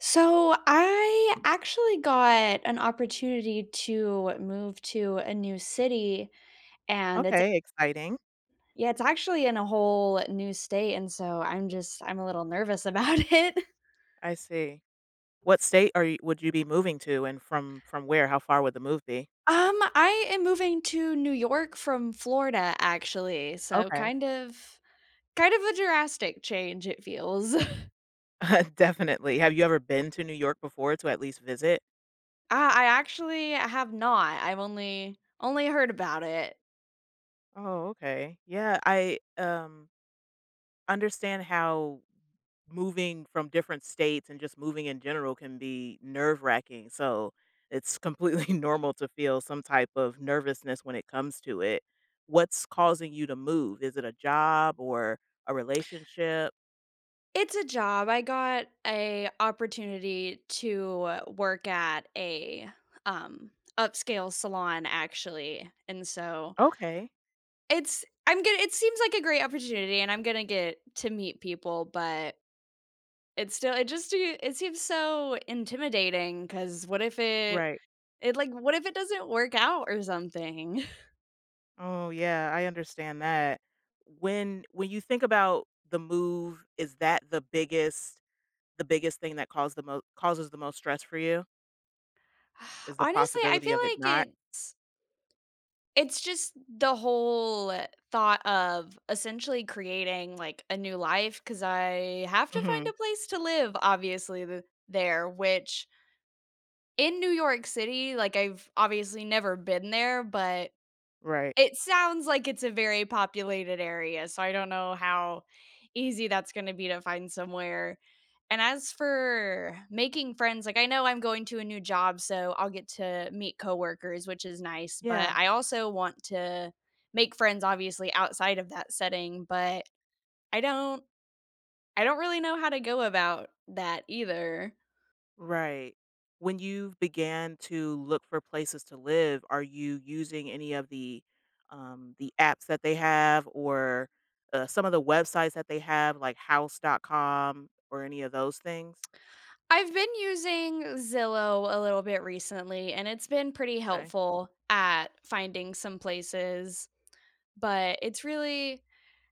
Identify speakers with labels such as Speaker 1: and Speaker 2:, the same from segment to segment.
Speaker 1: So I actually got an opportunity to move to a new city and
Speaker 2: Okay, exciting.
Speaker 1: it's actually in a whole new state, and so I'm a little nervous about it.
Speaker 2: I see. What state are you would you be moving to and from where? How far would the move be?
Speaker 1: I am moving to New York from Florida actually. So
Speaker 2: Okay.
Speaker 1: kind of a drastic change it feels.
Speaker 2: Definitely. Have you ever been to New York before to at least visit?
Speaker 1: I actually have not. I've only heard about it.
Speaker 2: Oh, okay. Yeah, I understand how moving from different states and just moving in general can be nerve-wracking. So, it's completely normal to feel some type of nervousness when it comes to it. What's causing you to move? Is it a job or a relationship?
Speaker 1: It's a job. I got a opportunity to work at a, um, upscale salon actually, and so
Speaker 2: Okay.
Speaker 1: it's I'm gonna it seems like a great opportunity, and I'm gonna get to meet people, but it's still it just e it seems so intimidating. Cause
Speaker 2: Right.
Speaker 1: what if it doesn't work out or something?
Speaker 2: Oh, yeah, I understand that. When you think about the move, is that the biggest thing that caused the most causes the most stress for you? Is the
Speaker 1: Honestly, I
Speaker 2: possibility
Speaker 1: feel
Speaker 2: of it not?
Speaker 1: like it's just the whole thought of essentially creating, like, a new life because I have to find a
Speaker 2: Mhm.
Speaker 1: place to live, obviously, th there, which in New York City, like, I've obviously never been there, but
Speaker 2: Right.
Speaker 1: it sounds like it's a very populated area, so I don't know how easy that's gonna be to find somewhere. And as for making friends, like, I know I'm going to a new job, so I'll get to meet coworkers, which is nice, but
Speaker 2: Yeah,
Speaker 1: I also want to make friends, obviously, outside of that setting, but I don't I don't really know how to go about that either.
Speaker 2: right. When you began to look for places to live, are you using any of the apps that they have or some of the websites that they have, like House.com or any of those things?
Speaker 1: I've been using Zillow a little bit recently, and it's been pretty
Speaker 2: Okay.
Speaker 1: helpful at finding some places. But it's really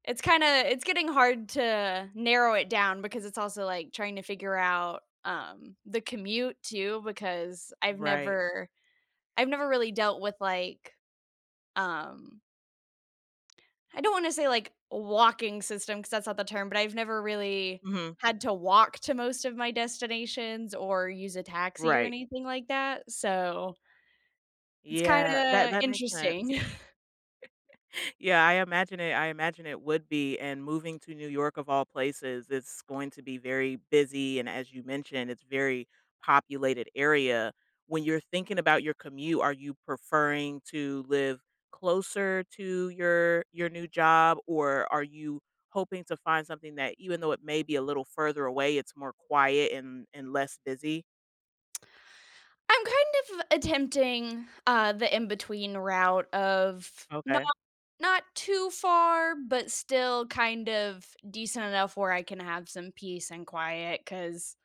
Speaker 1: it's kinda it's getting hard to narrow it down because it's also, like, trying to figure out, the commute too because
Speaker 2: Right.
Speaker 1: I've never really dealt with, like, um I don't wanna say, like, a walking system, because that's not the term, but I've never really
Speaker 2: hmm
Speaker 1: had to walk to most of my destinations or use a taxi or
Speaker 2: Right.
Speaker 1: anything like that, so it's
Speaker 2: Yeah, that
Speaker 1: kinda
Speaker 2: that makes sense.
Speaker 1: interesting.
Speaker 2: Yeah, I imagine it would be, and moving to New York of all places, it's going to be very busy, and as you mentioned, it's very populated area. When you're thinking about your commute, are you preferring to live closer to your new job, or are you hoping to find something that even though it may be a little further away, it's more quiet and less busy?
Speaker 1: I'm kind of attempting the in-between route of
Speaker 2: Okay.
Speaker 1: not too far, but still kind of decent enough where I can have some peace and quiet, cuz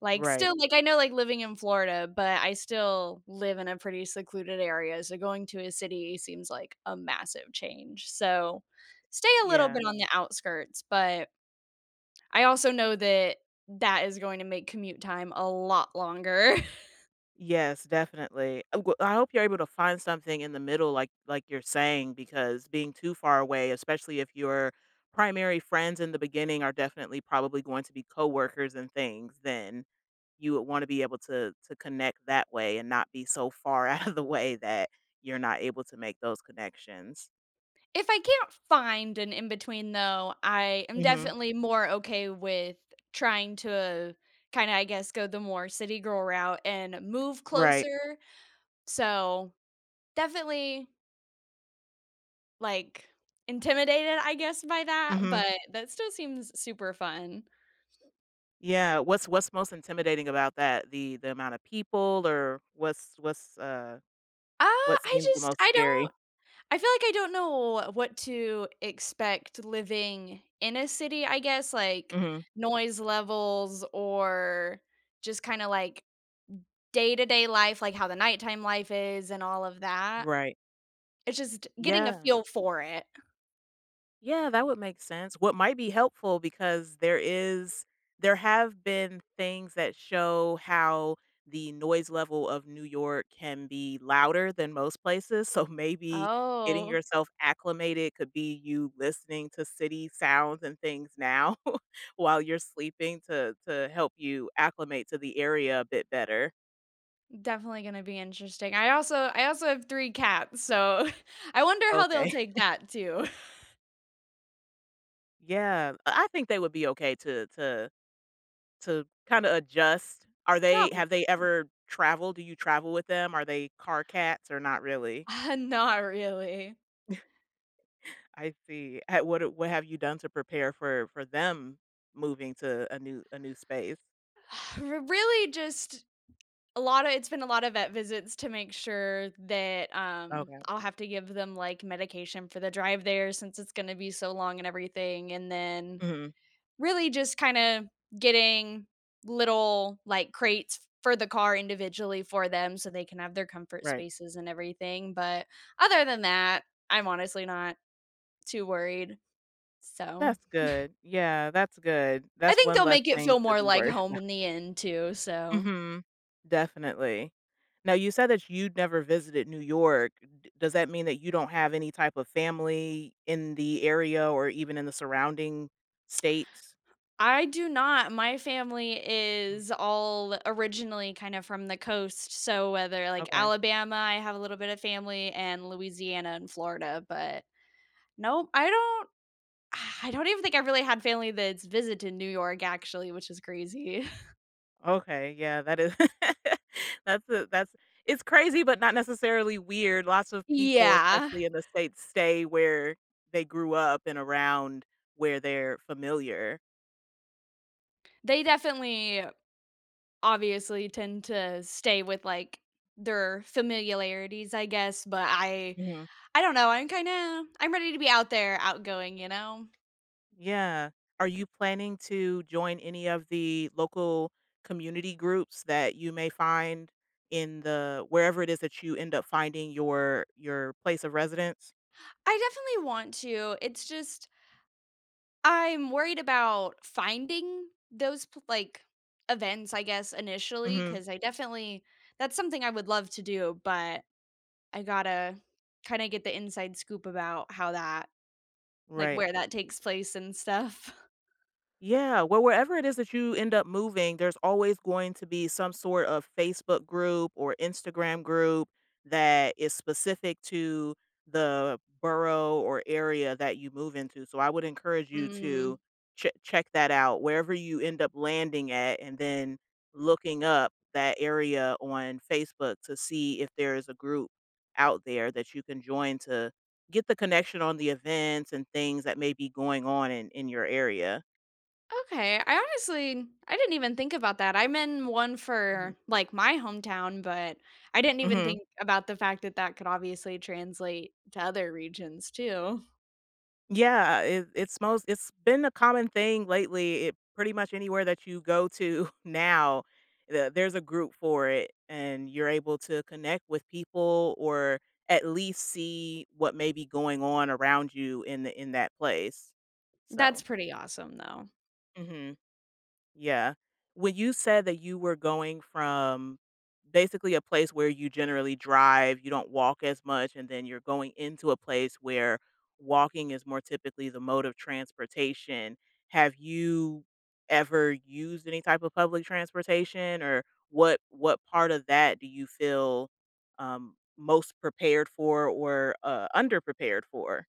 Speaker 1: like
Speaker 2: Right.
Speaker 1: still like I know like living in Florida, but I still live in a pretty secluded area, so going to a city seems like a massive change. So stay a little
Speaker 2: Yeah.
Speaker 1: bit on the outskirts, but I also know that that is going to make commute time a lot longer.
Speaker 2: Yes, definitely. W I hope you're able to find something in the middle like you're saying, because being too far away, especially if your primary friends in the beginning are definitely probably going to be coworkers and things, then you would wanna be able to connect that way and not be so far out of the way that you're not able to make those connections.
Speaker 1: If I can't find an in between though, I am
Speaker 2: Mhm.
Speaker 1: definitely more okay with trying to kinda, I guess, go the more city girl route and move
Speaker 2: Right.
Speaker 1: closer. So, definitely, like, intimidated, I guess, by that,
Speaker 2: Mhm.
Speaker 1: but that still seems super fun.
Speaker 2: Yeah, what's most intimidating about that? The amount of people or
Speaker 1: Uh,
Speaker 2: what
Speaker 1: I
Speaker 2: seems the
Speaker 1: just
Speaker 2: most
Speaker 1: I
Speaker 2: scary?
Speaker 1: don't I feel like I don't know what to expect living in a city, I guess, like,
Speaker 2: Mhm.
Speaker 1: noise levels or just kinda, like, day-to-day life, like how the nighttime life is and all of that.
Speaker 2: Right.
Speaker 1: It's just getting a
Speaker 2: Yeah.
Speaker 1: feel for it.
Speaker 2: Yeah, that would make sense. What might be helpful because there have been things that show how the noise level of New York can be louder than most places, so maybe getting
Speaker 1: Oh,
Speaker 2: yourself acclimated could be you listening to city sounds and things now while you're sleeping to help you acclimate to the area a bit better.
Speaker 1: definitely gonna be interesting. I also have 3 cats, so I wonder how they'll
Speaker 2: Okay.
Speaker 1: take that too.
Speaker 2: Yeah, I think they would be okay to kinda adjust. Are they have they
Speaker 1: Probably.
Speaker 2: ever traveled? Do you travel with them? Are they car cats or not really?
Speaker 1: Not really.
Speaker 2: I see. Ha what a what have you done to prepare for them moving to a new space?
Speaker 1: R really just a lot of it's been a lot of vet visits to make sure that,
Speaker 2: Okay.
Speaker 1: I'll have to give them, like, medication for the drive there since it's gonna be so long and everything, and then
Speaker 2: Mhm.
Speaker 1: really just kind of getting little crates for the car individually for them so they can have their comfort
Speaker 2: Right.
Speaker 1: spaces and everything. But other than that, I'm honestly not too worried. So
Speaker 2: That's good. Yeah, that's good.
Speaker 1: I
Speaker 2: That's
Speaker 1: think
Speaker 2: one
Speaker 1: they'll
Speaker 2: less
Speaker 1: make it
Speaker 2: thing
Speaker 1: feel
Speaker 2: to
Speaker 1: more
Speaker 2: be
Speaker 1: like
Speaker 2: worried.
Speaker 1: home in the end too. So
Speaker 2: Mhm. Definitely. Now you said that you'd never visited New York. D Does that mean that you don't have any type of family in the area or even in the surrounding states?
Speaker 1: I do not. My family
Speaker 2: Mm,
Speaker 1: is all originally kind of from the coast. So whether like
Speaker 2: okay.
Speaker 1: Alabama, I have a little bit of family, and Louisiana and Florida, but nope, I don't even think I really had family that's visited New York actually, which is crazy.
Speaker 2: Okay. Yeah, that is that's a, that's it's crazy but not necessarily weird. Lots of people,
Speaker 1: Yeah.
Speaker 2: especially in the states, stay where they grew up and around where they're familiar.
Speaker 1: They definitely obviously tend to stay with, like, their familiarities, I guess, but
Speaker 2: hmm
Speaker 1: I don't know, I'm ready to be out there, outgoing, you know?
Speaker 2: Yeah. Are you planning to join any of the local community groups that you may find in the wherever it is that you end up finding your place of residence?
Speaker 1: I definitely want to, it's just I'm worried about finding those events, I guess, initially,
Speaker 2: hmm
Speaker 1: because I definitely that's something I would love to do, but I gotta kinda get the inside scoop about
Speaker 2: Right.
Speaker 1: where that takes place and stuff.
Speaker 2: Yeah, well, wherever it is that you end up moving, there's always going to be some sort of Facebook group or Instagram group that is specific to the borough or area that you move into. So I would encourage you
Speaker 1: Mm,
Speaker 2: to check that out wherever you end up landing at and then looking up that area on Facebook to see if there is a group out there that you can join to get the connection on the events and things that may be going on in your area.
Speaker 1: okay, I didn't even think about that. I'm in one for, like, my hometown, but I didn't even
Speaker 2: Mhm.
Speaker 1: think about the fact that that could obviously translate to other regions too.
Speaker 2: Yeah, it smells it's been a common thing lately. It pretty much anywhere that you go to now, there's a group for it and you're able to connect with people or at least see what may be going on around you in that place. So,
Speaker 1: That's pretty awesome, though.
Speaker 2: mhm. Yeah. When you said that you were going from basically a place where you generally drive, you don't walk as much, and then you're going into a place where walking is more typically the mode of transportation, have you ever used any type of public transportation or what part of that do you feel most prepared for or underprepared for?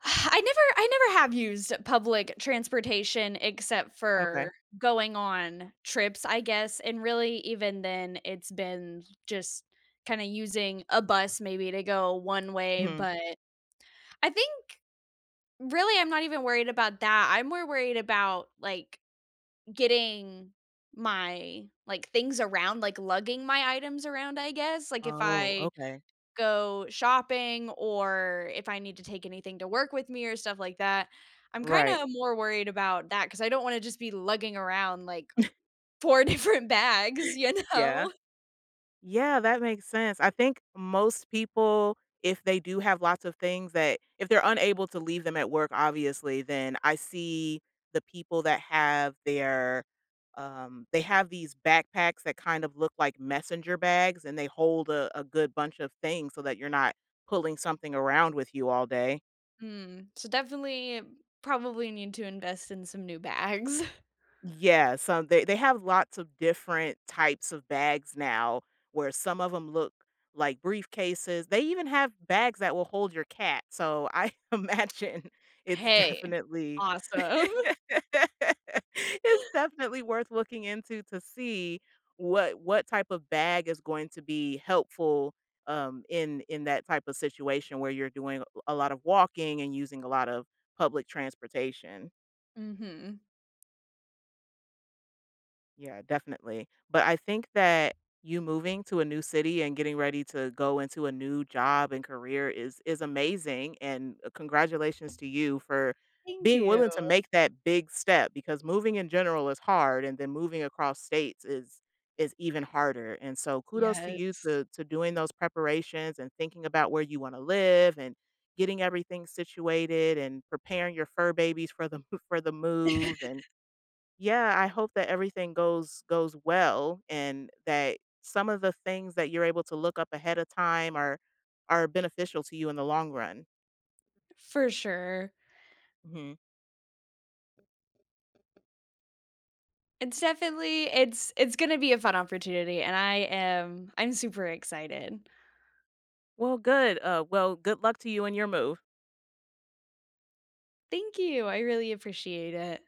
Speaker 1: I never have used public transportation except
Speaker 2: Okay.
Speaker 1: for going on trips, I guess, and really even then it's been just kinda using a bus maybe to go one way,
Speaker 2: Mhm.
Speaker 1: but I think really I'm not even worried about that. I'm more worried about, like, getting my, like, things around, like, lugging my items around, I guess, like, if
Speaker 2: Oh,
Speaker 1: I
Speaker 2: okay.
Speaker 1: go shopping or if I need to take anything to work with me or stuff like that. I'm
Speaker 2: Right.
Speaker 1: kinda more worried about that because I don't wanna just be lugging around, like, 4 different bags, you
Speaker 2: Yeah.
Speaker 1: know?
Speaker 2: Yeah, that makes sense. I think most people, if they do have lots of things that if they're unable to leave them at work, obviously, then I see the people that have their they have these backpacks that kind of look like messenger bags and they hold a good bunch of things so that you're not pulling something around with you all day.
Speaker 1: Mm, so definitely probably need to invest in some new bags.
Speaker 2: Yeah, so they have lots of different types of bags now where some of them look like briefcases. They even have bags that will hold your cat, so I imagine it's
Speaker 1: Hey,
Speaker 2: definitely
Speaker 1: awesome.
Speaker 2: it's definitely worth looking into to see what type of bag is going to be helpful, in that type of situation where you're doing a lot of walking and using a lot of public transportation.
Speaker 1: Mhm.
Speaker 2: Yeah, definitely. But I think that you moving to a new city and getting ready to go into a new job and career is amazing and congratulations to you for
Speaker 1: Thank
Speaker 2: being
Speaker 1: you.
Speaker 2: willing to make that big step because moving in general is hard and then moving across states is even harder. And so kudos to you
Speaker 1: Yes,
Speaker 2: to doing those preparations and thinking about where you want to live and getting everything situated and preparing your fur babies for the for the move and yeah, I hope that everything goes well and that some of the things that you're able to look up ahead of time are beneficial to you in the long run.
Speaker 1: for sure.
Speaker 2: Mhm.
Speaker 1: It's it's gonna be a fun opportunity, and I'm super excited.
Speaker 2: Well, good. Well, good luck to you in your move.
Speaker 1: Thank you. I really appreciate it.